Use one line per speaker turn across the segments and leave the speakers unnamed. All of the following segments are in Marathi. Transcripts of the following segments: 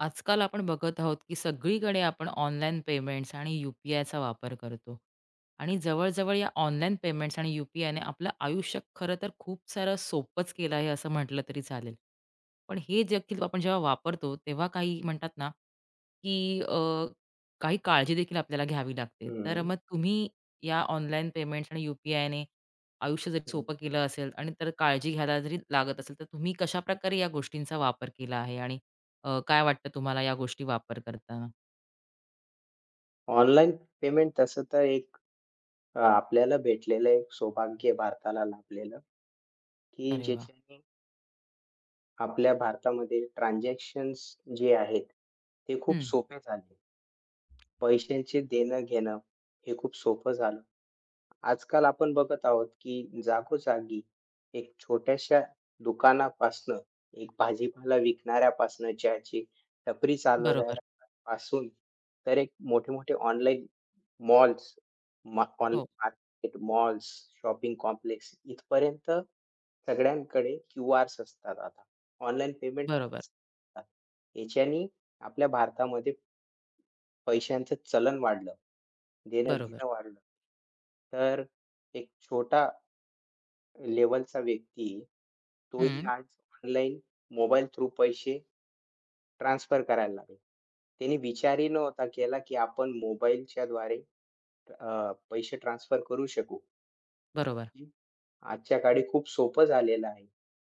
आजकाल आपण बघत आहोत की सगळीकडे आपण ऑनलाईन पेमेंट्स आणि यू पी आयचा वापर करतो आणि जवळजवळ या ऑनलाईन पेमेंट्स आणि यू पी आयने आपलं आयुष्य खरं तर खूप सारं सोपंच केलं आहे असं म्हटलं तरी चालेल. पण हे देखील आपण जेव्हा वापरतो तेव्हा काही म्हणतात ना की काही काळजी देखील आपल्याला घ्यावी लागते. तर
हं,
मग तुम्ही या ऑनलाईन पेमेंट्स आणि यू पी आयने आयुष्य जरी सोपं केलं असेल आणि तर काळजी घ्यायला जरी लागत असेल तर तुम्ही कशाप्रकारे या गोष्टींचा वापर केला आहे आणि काय वाटतं तुम्हाला या गोष्टी वापर करताना?
ऑनलाईन पेमेंट तसं तर एक आपल्याला भेटलेलं एक सौभाग्य भारताला लाभलेलं, की
अरे वाह!
ज्याच्याने आपल्या भारतामध्ये ट्रान्झॅक्शन्स जे आहेत, ते खूप
हं.
सोपे झाले. पैशांचे देणं-घेणं हे खूप सोपं झालं. आजकाल आपण बघत आहोत, की जागोजागी एक छोट्याशा दुकानापासनं, एक भाजीपाला विकणाऱ्यापासनं, चहाची टपरी
बरोबर.
चालवणाऱ्यापासून तर एक मोठे-मोठे ऑनलाईन मॉल्स, ऑनलाईन
हो.
मार्केट, मॉल्स, शॉपिंग कॉम्प्लेक्स इथपर्यंत सगळ्यांकडे क्यूआर्स असतात आता. ऑनलाईन पेमेंट
बरोबर,
असतात. याच्यानी आपल्या भारतामध्ये पैशांचं चलन वाढलं.
बरोबर.
देणं-घेणं वाढलं. तर एक छोटा लेव्हलचा व्यक्ती, तोही
हं.
आज ऑनलाईन मोबाईल थ्रू पैसे ट्रान्सफर करायला लागला. त्याने विचारही नव्हता केला, की आपण मोबाईलच्याद्वारे पैसे ट्रान्सफर करू शकू.
बरोबर,
जी. आजच्या काळी खूप सोपं झालेलं आहे.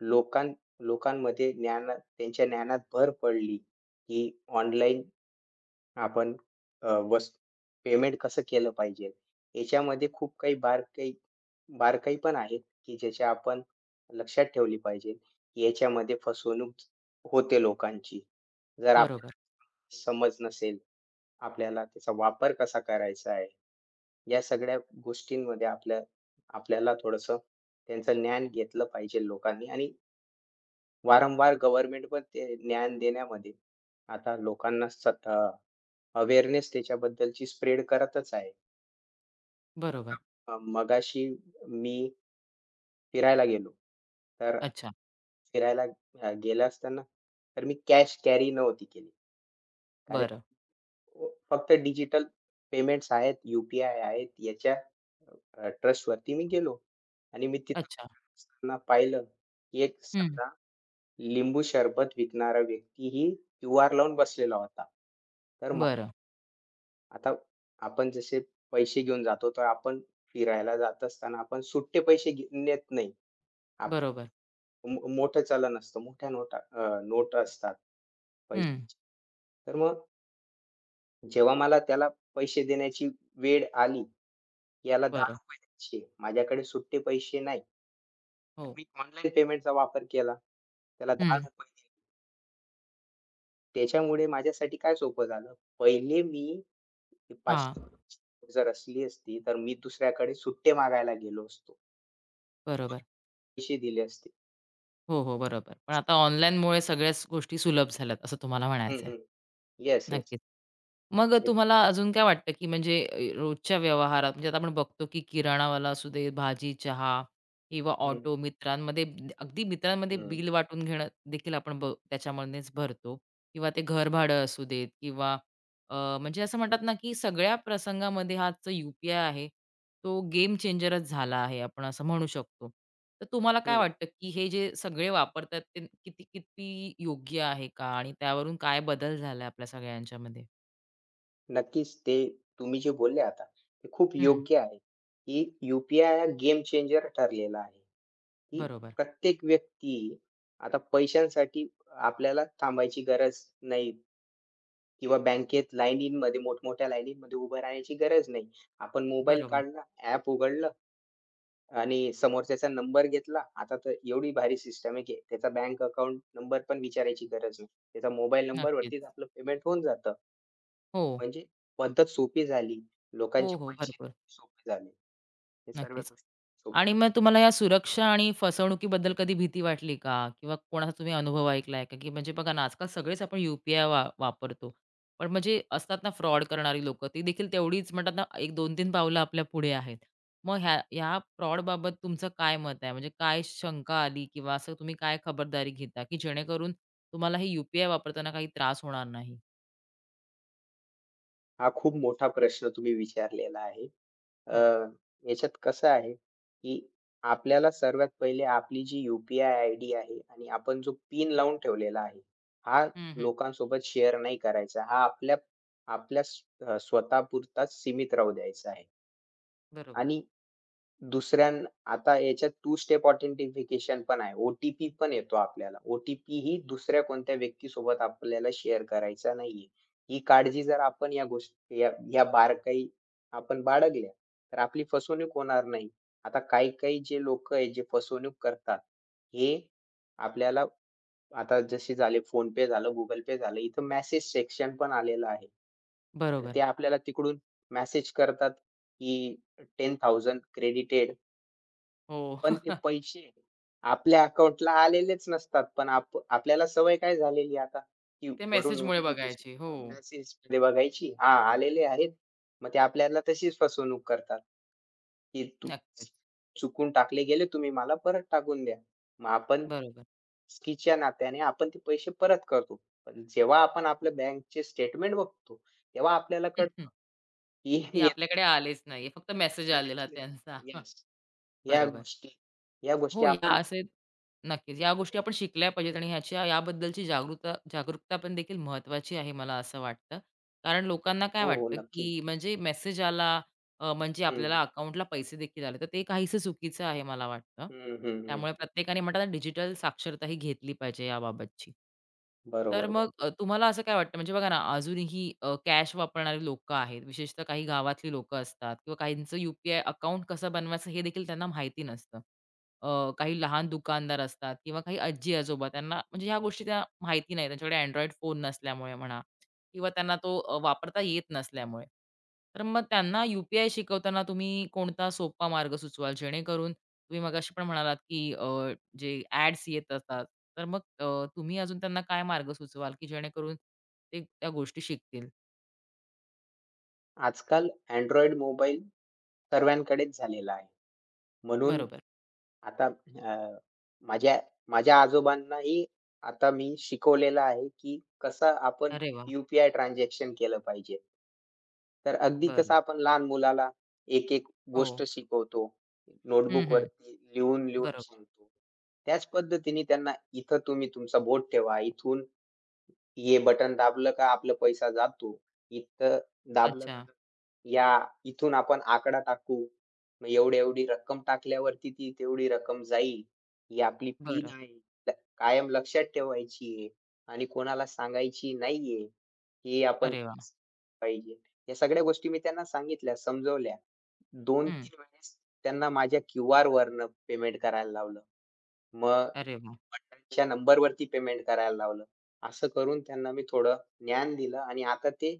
लोकां लोकांमध्ये ज्ञान त्यांच्या ज्ञानात भर पडली, की ऑनलाईन आपण अ, वस पेमेंट कसं केलं पाहिजे. याच्यामध्ये खूप काही बारकाई बारकाई पण आहेत, की ज्याच्या आपण लक्षात ठेवली पाहिजे. याच्यामध्ये फसवणूक होते लोकांची. जर आपल्याला
बरोबर,
समज नसेल, आपल्याला त्याचा वापर कसा करायचा आहे, या सगळ्या गोष्टींमध्ये आपल्याला थोडंसं त्यांचं ज्ञान घेतलं पाहिजे लोकांनी आणि वारंवार गव्हर्नमेंट पण ते ज्ञान देण्यामध्ये आता लोकांना अवेअरनेस त्याच्याबद्दलची स्प्रेड करतच आहे.
बरोबर.
मगाशी मी फिरायला गेलो. तर
अच्छा.
फिरायला गेलं असताना तर मी कॅश कॅरी नव्हती केली. कारण
बरं.
फक्त डिजिटल पेमेंट्स आहेत, यू-पी-आय आहेत याच्या ट्रस्टवरती मी गेलो आणि मी तिथं
अच्छा.
असताना पाहिलं, की एक
हं.
साधा लिंबू सरबत विकणारा व्यक्तीही क्यूआर लावून बसलेला होता. तर
बरं.
आता आपण जसे पैसे घेऊन जातो, तर आपण फिरायला जात असताना आपण सुट्टे पैसे नेत नाही. आप
बरोबर.
मोठं चलन असतं. मोठ्या नोटा नोट असतात
हं.
पैशाची. तर मग जेव्हा मला त्याला पैसे देण्याची वेळ आली, याला
बरं.
₹10 द्यायचे माझ्याकडे सुट्टे पैसे नाही. तर
हो.
मी ऑनलाईन पेमेंटचा वापर केला. त्याला
हं.
₹10 दिले. त्याच्यामुळे माझ्यासाठी काय सोपं झालं. पहिले मी ती
हां.
500 जर असली असती, तर मी दुसऱ्याकडे सुट्टे मागायला गेलो असतो.
बरोबर.
पैसे दिले असते.
हो, हो. बरोबर. पण आता ऑनलाईनमुळे सगळ्याच गोष्टी सुलभ झाल्यात असं तुम्हाला
हं,
म्हणायचंय.
हं. Yes, yes.
नक्कीच. मग
येस.
तुम्हाला अजून काय वाटतं, की म्हणजे रोजच्या व्यवहारात म्हणजे आता आपण बघतो, की किराणावाला असू दे, भाजी, चहा किंवा
हं,
ऑटो मित्रांमध्ये अगदी मित्रांमध्ये
हं.
बिल वाटून घेणं देखील आपण ब त्याच्यामधनेच भरतो किंवा ते घर भाडं असू देत किंवा म्हणजे असं म्हणतात ना, की सगळ्या प्रसंगामध्ये हा जो यू आहे, तो गेम चेंजरच झाला आहे, आपण असं म्हणू शकतो. तर तुम्हाला काय
हं.
वाटतं, की हे जे सगळे वापरतात, ते किती किती योग्य आहे का? आणि त्यावरून काय बदल झालाय आपल्या सगळ्यांच्यामध्ये?
नक्कीच ते तुम्ही जे बोलले आता, ते खूप
हं,
योग्य आहे, की यू-पी-आय हा गेम चेंजर ठरलेला आहे, की
बरोबर,
प्रत्येक व्यक्ती आता पैशांसाठी आपल्याला थांबायची गरज नाही किंवा बँकेत लाईनीमध्ये मोठमोठ्या लाईनीमध्ये उभं राहण्याची गरज नाही. आपण मोबाईल
बरोबर.
काढला, ॲप उघडलं आणि समोरच्याचा नंबर घेतला. आता तर एवढी भारी सिस्टम आहे, की त्याचा बँक अकाउंट नंबर पण विचारायची गरज नाही. त्याचा मोबाईल
नक्कीच.
नंबरवरतीच आपलं पेमेंट होऊन जातं.
हो.
म्हणजे पद्धत सोपी झाली.
हो,
लोकांचे
हो.
पैसे
भरपूर.
सोपे झाले. हे सर्व
नक्कीच.
गोष्टी सोप्या.
आणि मग तुम्हाला या सुरक्षा आणि फसवणुकीबद्दल कधी भीती वाटली का? किंवा कोणाचा तुम्ही अनुभव ऐकलाय का? की म्हणजे बघा ना, आजकाल सगळेच आपण यू-पी-आय वा वापरतो. पण म्हणजे असतात ना फ्रॉड करणारी लोकं, ती देखील तेवढीच म्हणतात ना, एक 2-3 पावलं आपल्या पुढे आहेत. मग ह्या ह्या फ्रॉडबाबत तुमचं काय मत आहे? म्हणजे काय शंका आली किंवा असं तुम्ही काय खबरदारी घेता, की जेणेकरून तुम्हाला हे यू वापरताना काही त्रास होणार नाही?
हा खूप मोठा प्रश्न तुम्ही विचारलेला आहे. अ,
हो.
याच्यात कसं आहे, की आपल्याला सर्वात पहिले आपली जी यू-पी-आय आयडी आहे आणि आपण जो पिन लावून ठेवलेला आहे, हा
हं, हं.
लोकांसोबत शेअर नाही करायचा. हा आपल्या आपल्या स्वतःपुरताच सीमित राहू द्यायचा आहे
बरोबर.
आणि दुसऱ्यां आता याच्यात टू स्टेप ऑथेंटिफिकेशन पण आहे. ओ-टी-पी पण येतो आपल्याला. ओ-टी-पी ही दुसऱ्या कोणत्या व्यक्तीसोबत आपल्याला शेअर करायचा नाहीये. ही काळजी जर आपण या गोष्टी या या आपण बाळगल्या, तर आपली फसवणूक होणार नाही. आता काही-काही जे लोकं आहेत जे फसवणूक करतात, हे आपल्याला आता जसे झाले PhonePe झालं, Google Pay झालं, इथं मेसेज सेक्शन पण आलेलं आहे. तर
बरोबर.
ते आपल्याला तिकडून मेसेज करतात, की 10,000 क्रेडिटेड.
हो.
पण ते पैसे आपल्या अकाउंटला आलेलेच नसतात. पण आपल्याला सवय काय झालेली आहे आता, की
ते
वरून
मेसेजमुळे
नोटिफिकेशन,
बघायची. हो.
मेसेजमध्ये बघायची. हां, आलेले आहेत. मग ते आपल्याला तशीच फसवणूक करतात, की तू
नक्कीच.
चुकून टाकले गेले, तुम्ही मला परत टाकून द्या. मग आपण
बरोबर.
चुकीच्या नात्याने आपण ते पैसे परत करतो. पण जेव्हा आपण आपल्या बँकचे स्टेटमेंट बघतो, तेव्हा आपल्याला कळतं, की
ते
हे
आपल्याकडे आलेच नाहीये. फक्त मेसेज
आलेच
आलेला
नाही.
त्यांचा.
येस. या
बरोबर.
गोष्टी, या गोष्टी
हो, या
आपण
असे नक्कीच. या गोष्टी आपण शिकल्या पाहिजेत आणि ह्याच्या याबद्दलची जागृता जागरूकता पण देखील महत्त्वाची आहे, मला असं वाटतं. कारण लोकांना काय
हो, हो.
वाटतं,
नक्की.
की म्हणजे मेसेज आला म्हणजे
हं,
आपल्याला अकाउंटला पैसे देखील आले. तर ते काहीसं चुकीचं आहे, मला वाटतं.
हं, हं, हं.
त्यामुळे प्रत्येकाने म्हणतात ना, डिजिटल साक्षरता ही घेतली पाहिजे याबाबतची.
बरोबर,
तर
बरोबर.
मग तुम्हाला असं काय वाटतं, म्हणजे बघा ना, अजूनही कॅश वापरणारी लोकं आहेत. विशेषतः काही गावातली लोकं असतात किंवा काहींचं यू अकाउंट कसं बनवायचं हे देखील त्यांना माहिती नसतं. काही लहान दुकानदार असतात किंवा काही आजी-आजोबा त्यांना म्हणजे ह्या गोष्टी त्या माहिती नाही. त्यांच्याकडे Android फोन नसल्यामुळे म्हणा किंवा त्यांना तो वापरता येत नसल्यामुळे. तर मग त्यांना यू-पी-आय शिकवताना तुम्ही कोणता सोपा मार्ग सुचवाल? जेणेकरून तुम्ही मगाशी पण म्हणालात, की जे ॲड्स येत असतात, तर मग तुम्ही अजून त्यांना काय मार्ग सुचवाल, की जेणेकरून ते त्या गोष्टी शिकतील?
आजकाल Android मोबाईल सर्वांकडेच झालेला आहे. म्हणून
बरोबर.
आता अ, माझ्या माझ्या आजोबांनाही आता मी शिकवलेलं आहे, की कसं आपण
अरे वाह!
यू-पी-आय ट्रान्झॅक्शन केलं पाहिजे. तर अगदी
बरं.
कसं आपण लहान मुलाला एक-एक गोष्ट
हो.
शिकवतो.
हं, हं.
नोटबुकवरती लिहून-लिहून
बरोबर.
सांगतो. त्याच पद्धतीने त्यांना इथं तुम्ही तुमचं बोट ठेवा. इथून हे बटन दाबलं का आपला पैसा जातो. इथं दाबलं
अच्छा.
का या इथून आपण आकडा टाकू. मग एवढी-एवढी रक्कम टाकल्यावरती ती तेवढी रक्कम जाईल. ही आपली पिन
बरं.
आहे. ल कायम लक्षात ठेवायची आहे आणि कोणाला सांगायची नाहीये. हे आपण
अरे वाह!
पाहिजे. या सगळ्या गोष्टी मी त्यांना सांगितल्या, समजवल्या.
हं.
2-3 वेळेस त्यांना माझ्या क्यूआरवरनं पेमेंट करायला लावलं. मग
अरे वाह!
च्या नंबरवरती पेमेंट करायला लावलं. असं करून त्यांना मी थोडं ज्ञान दिलं आणि आता ते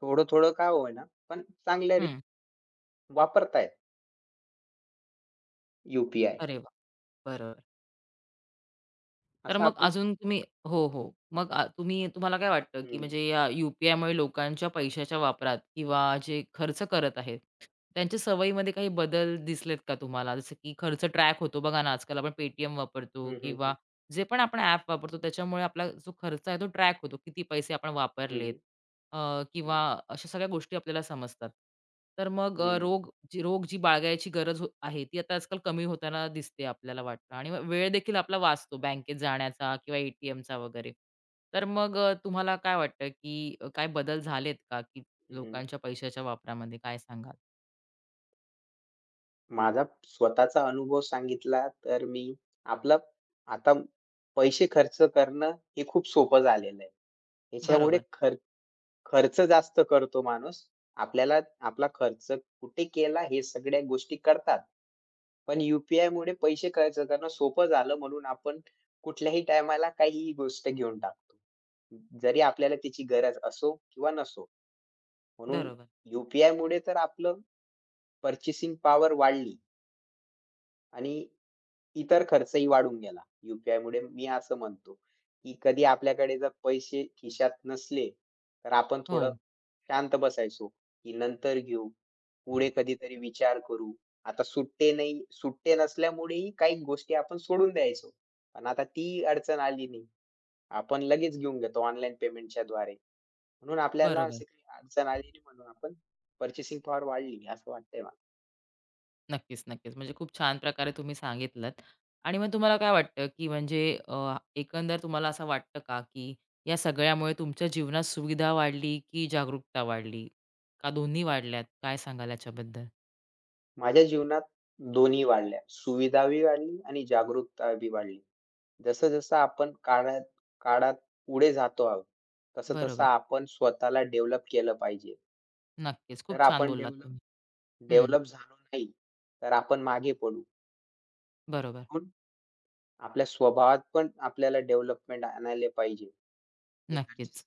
थोडं-थोडं का होईना, पण चांगल्या रीत
हं.
वापरतायत यू-पी-आय.
अरे वाह! बरोबर. तर
असं
मग
आपण.
अजून तुम्ही हो, हो. मग तुम्ही तुम्हाला काय वाटतं, की
हं.
म्हणजे या यू-पी-आयमुळे लोकांच्या पैशाच्या वापरात किंवा जे खर्च करत आहेत, त्यांच्या सवयीमध्ये काही बदल दिसलेत का तुम्हाला? जसं की खर्च ट्रॅक होतो बघा ना, आजकाल आपण Paytm वापरतो
हं, हं,
किंवा
हं.
जे पण आपण ॲप वापरतो त्याच्यामुळे आपला जो खर्च आहे तो ट्रॅक होतो. किती पैसे आपण
हं,
वापरलेत किंवा अशा सगळ्या गोष्टी आपल्याला समजतात. तर मग
हं, हं,
रोग जी बाळगायची गरज हो आहे, ती आता आजकाल कमी होताना दिसते आपल्याला वाटतं आणि मग वेळ देखील आपला वाचतो बँकेत जाण्याचा किंवा ए-टी-एमचा वगैरे. तर मग तुम्हाला काय वाटतं, की काय बदल झालेत का, की
हं.
लोकांच्या पैशाच्या वापरामध्ये? काय सांगाल?
माझा स्वतःचा अनुभव सांगितला तर मी आपला आता पैसे खर्च करणं हे खूप सोपं झालेलं आहे. याच्यामुळे
बरोबर,
खर्च खर्च जास्त करतो माणूस. आपल्याला आपला खर्च कुठे केला हे सगळ्या गोष्टी करतात. पण यू-पी-आयमुळे पैसे खर्च करणं सोपं झालं म्हणून आपण कुठल्याही टायमाला काहीही गोष्ट घेऊन टाकतो. जरी आपल्याला त्याची गरज असो किंवा नसो. म्हणून
बरोबर.
यू पी तर आपलं पर्चेसिंग पॉवर वाढली. आणि इतर खर्चही वाढून गेला. यू-पी-आयमुळे मी असं म्हणतो, की कधी आपल्याकडे जर पैसे खिशात नसले, तर आपण
हो,
थोडं शांत बसायचो, की नंतर घेऊ. पुढे कधीतरी विचार करू. आता सुट्टे नसल्यामुळेही काही गोष्टी आपण सोडून द्यायचो. पण आता ती अडचण आली नाही. आपण लगेच घेऊन घेतो ऑनलाईन पेमेंटच्या द्वारे. म्हणून आपल्याला अशी
बरोबर.
काही अडचण आली नाही म्हणून आपण पर्चेसिंग पॉवर वाढली, असं वाटतंय.
नक्कीच, नक्कीच. म्हणजे खूप छान प्रकारे तुम्ही सांगितलत आणि मग तुम्हाला काय वाटतं, की म्हणजे एकंदर तुम्हाला असं वाटतं का, की या सगळ्यामुळे तुमच्या जीवनात सुविधा वाढली, की जागरूकता वाढली? का दोन्ही वाढल्यात? काय सांगाल याच्याबद्दल?
माझ्या जीवनात दोन्ही वाढल्या. सुविधा बी वाढली आणि जागरूकता बी वाढली. जसं-जसं आपण काळात काळात पुढे जातो आहोत, तसं-तसं
बरोबर.
आपण स्वतःला डेव्हलप केलं पाहिजे.
नक्कीच.
जर
खूप छान
आपण
बोललात
डेव्हलप
तुम्ही. हं.
डेव्हलप झालो नाही, तर आपण मागे पडू.
बरोबर.
पण आपल्या स्वभावात पण आपल्याला डेव्हलपमेंट आणायला पाहिजे. हे
नक्कीच.
गरजेचं.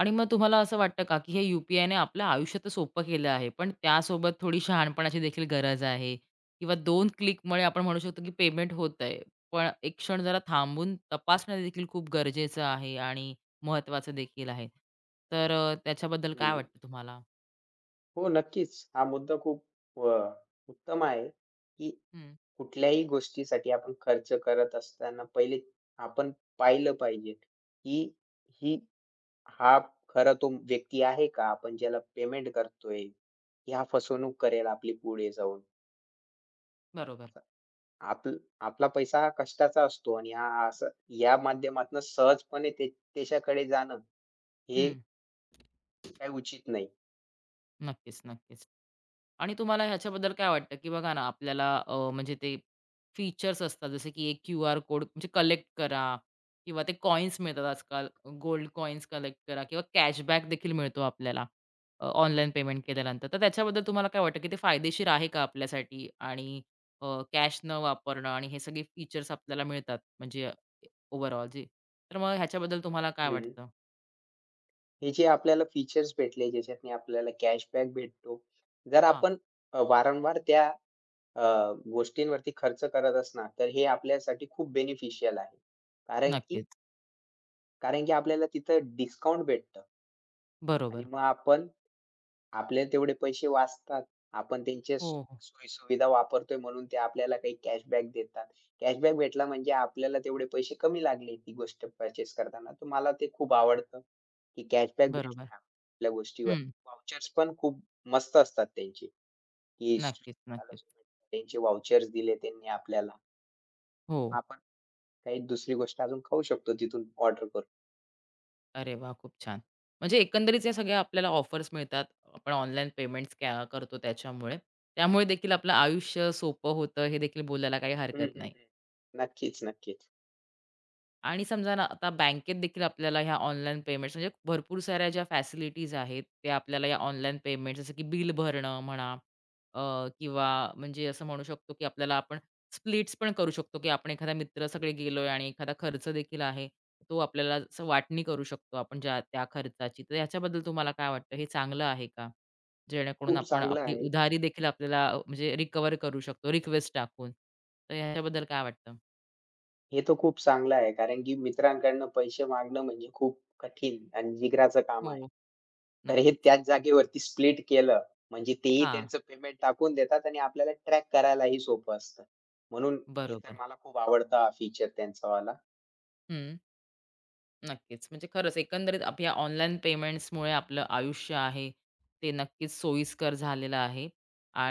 आणि मग तुम्हाला असं वाटतं का, की हे यू-पी-आयने आपलं आयुष्य तर सोपं केलं आहे, पण त्यासोबत थोडी शहाणपणाची देखील गरज आहे किंवा 2 क्लिकमुळे आपण म्हणू शकतो, की पेमेंट होतंय. पण एक क्षण जरा थांबून तपासणं देखील खूप गरजेचं आहे आणि महत्त्वाचं देखील आहे. तर त्याच्याबद्दल काय
हं.
वाटतं तुम्हाला?
हो, नक्कीच. हा मुद्दा खूप अ, उत्तम आहे, की
हं,
कुठल्याही गोष्टीसाठी आपण खर्च करत असताना पहिले आपण पाहिलं पाहिजे, की ही हा खरा तो व्यक्ती आहे का? आपण ज्याला पेमेंट करतोय, की हा फसवणूक करेल आपली पुढे जाऊन.
बरोबर.
असं आपल आपला पैसा हा कष्टाचा असतो आणि हा असं या माध्यमातून सहजपणे त्याच्याकडे जाणं हे
हं,
काही उचित नाही.
नक्कीच, नक्कीच. आणि तुम्हाला ह्याच्याबद्दल काय वाटतं, की बघा ना आपल्याला म्हणजे ते फीचर्स असतात जसे की एक क्यूआर कोड म्हणजे कलेक्ट करा किंवा ते कॉइन्स मिळतात आजकाल गोल्ड कॉइन्स कलेक्ट करा किंवा कॅशबॅक देखील मिळतो आपल्याला ऑनलाईन पेमेंट केल्यानंतर. तर त्याच्याबद्दल तुम्हाला काय वाटतं, की ते फायदेशीर आहे का आपल्यासाठी? आणि कॅश न वापरणं आणि हे सगळे फीचर्स आपल्याला मिळतात म्हणजे ओव्हरऑल जे. तर मग ह्याच्याबद्दल तुम्हाला काय
हं.
वाटतं?
हे जे आपल्याला फीचर्स भेटले, ज्याच्यातून आपल्याला कॅशबॅक भेटतो. जर
हां,
आपण वारंवार त्या गोष्टींवरती खर्च करत असणार, तर हे आपल्यासाठी खूप बेनिफिशियल आहे. कारण की
नक्कीच.
कारण की आपल्याला तिथं डिस्काउंट भेटतं आणि
बरोबर.
मग आपण आपले तेवढे पैसे वाचतात. आपण त्यांच्या
हो, हो.
सोयी-सुविधा वापरतोय म्हणून ते आपल्याला काही कॅशबॅक देतात. कॅशबॅक भेटला म्हणजे आपल्याला तेवढे पैसे कमी लागले ती गोष्ट पर्चेस करताना. तर मला ते खूप आवडतं, की कॅशबॅक
बरोबर.
भेटला आपल्या गोष्टीवर.
हं.
व्हाउचर्स पण खूप मस्त असतात त्यांचे, की
नक्कीच,
Swiggy झालं,
नक्कीच.
Zomato, त्यांचे व्हाउचर्स दिले त्यांनी आपल्याला.
हो.
आपण काही दुसरी गोष्ट अजून खाऊ शकतो तिथून ऑर्डर करून.
अरे वाह! खूप छान. म्हणजे एकंदरीत या सगळ्या आपल्याला ऑफर्स मिळतात. आपण ऑनलाईन पेमेंट्स क्या करतो त्याच्यामुळे. त्यामुळे देखील आपलं आयुष्य सोपं होतं हे देखील बोलायला काही
हं,
हरकत
हं,
नाही.
हं. नक्कीच, नक्कीच.
आणि समजा ना आता बँकेत देखील आपल्याला ह्या ऑनलाईन पेमेंट्स म्हणजे भरपूर साऱ्या ज्या फॅसिलिटीज आहेत त्या आपल्याला या ऑनलाईन पेमेंट जसं की बिल भरणं म्हणा किंवा म्हणजे असं म्हणू शकतो की आपल्याला आपण स्प्लिट्स पण करू शकतो की आपण एखादा मित्र सगळे गेलोय आणि एखादा खर्च देखील आहे तो आपल्याला असं वाटणी करू शकतो आपण ज्या त्या खर्चाची. तर याच्याबद्दल तुम्हाला काय वाटतं, हे चांगलं आहे का जेणेकरून
खूप
आपण
चांगलं
आपली
आहे.
उधारी देखील आपल्याला म्हणजे रिकवर करू शकतो रिक्वेस्ट टाकून? तर ह्याच्याबद्दल काय वाटतं?
हे तर खूप चांगलं आहे कारण की मित्रांकडनं पैसे मागणं म्हणजे खूप कठीण आणि जिगराचं काम
हो,
आहे. तर हे
नक्कीच.
त्याच जागेवरती स्प्लिट केलं म्हणजे तेही
हा
त्यांचं पेमेंट टाकून देतात आणि आपल्याला ट्रॅक करायलाही सोपं असतं. म्हणून हे तर
बरोबर.
मला खूप आवडतं हा फीचर त्यांचावाला.
हं, नक्कीच. म्हणजे खरंच एकंदरीत आप या ऑनलाईन पेमेंट्समुळे आपलं आयुष्य आहे, ते नक्कीच सोयीस्कर झालेलं आहे.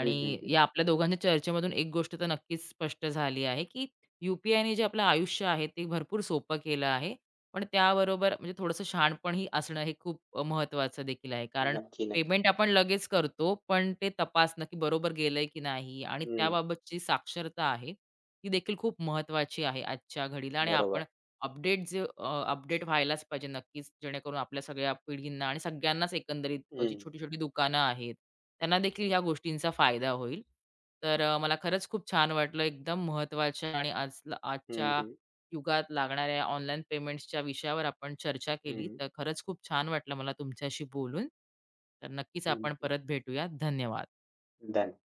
हं, हं, हं.
या आपल्या दोघांच्या चर्चेमधून एक गोष्ट तर नक्कीच स्पष्ट झाली आहे, की यू पी जे आपलं आयुष्य आहे, ते भरपूर सोपं केलं आहे. पण त्याबरोबर म्हणजे थोडंसं शहाणपणही असणं हे खूप महत्त्वाचं देखील आहे. कारण
नक्की, नक्की.
पेमेंट आपण लगेच करतो, पण ते तपासणं, की बरोबर गेलंय की नाही आणि
हं,
त्याबाबतची साक्षरता आहे, ती देखील खूप महत्त्वाची आहे आजच्या घडीला आणि आपण
बरोबर.
अपडेट जे अपडेट व्हायलाच पाहिजे नक्कीच, जेणेकरून आपल्या सगळ्या पिढींना आणि सगळ्यांनाच एकंदरीत जी
हं,
छोटी-छोटी दुकानं आहेत, त्यांना देखील ह्या गोष्टींचा फायदा होईल. तर मला खरंच खूप छान वाटलं. एकदम महत्त्वाच्या आणि आज
हं,
आजच्या
हं,
युगात लागणाऱ्या ऑनलाईन पेमेंट्सच्या विषयावर आपण चर्चा केली.
हं,
तर खरंच खूप छान वाटलं मला तुमच्याशी बोलून. तर नक्कीच
हं,
आपण परत भेटूया. धन्यवाद.
धन्यवाद.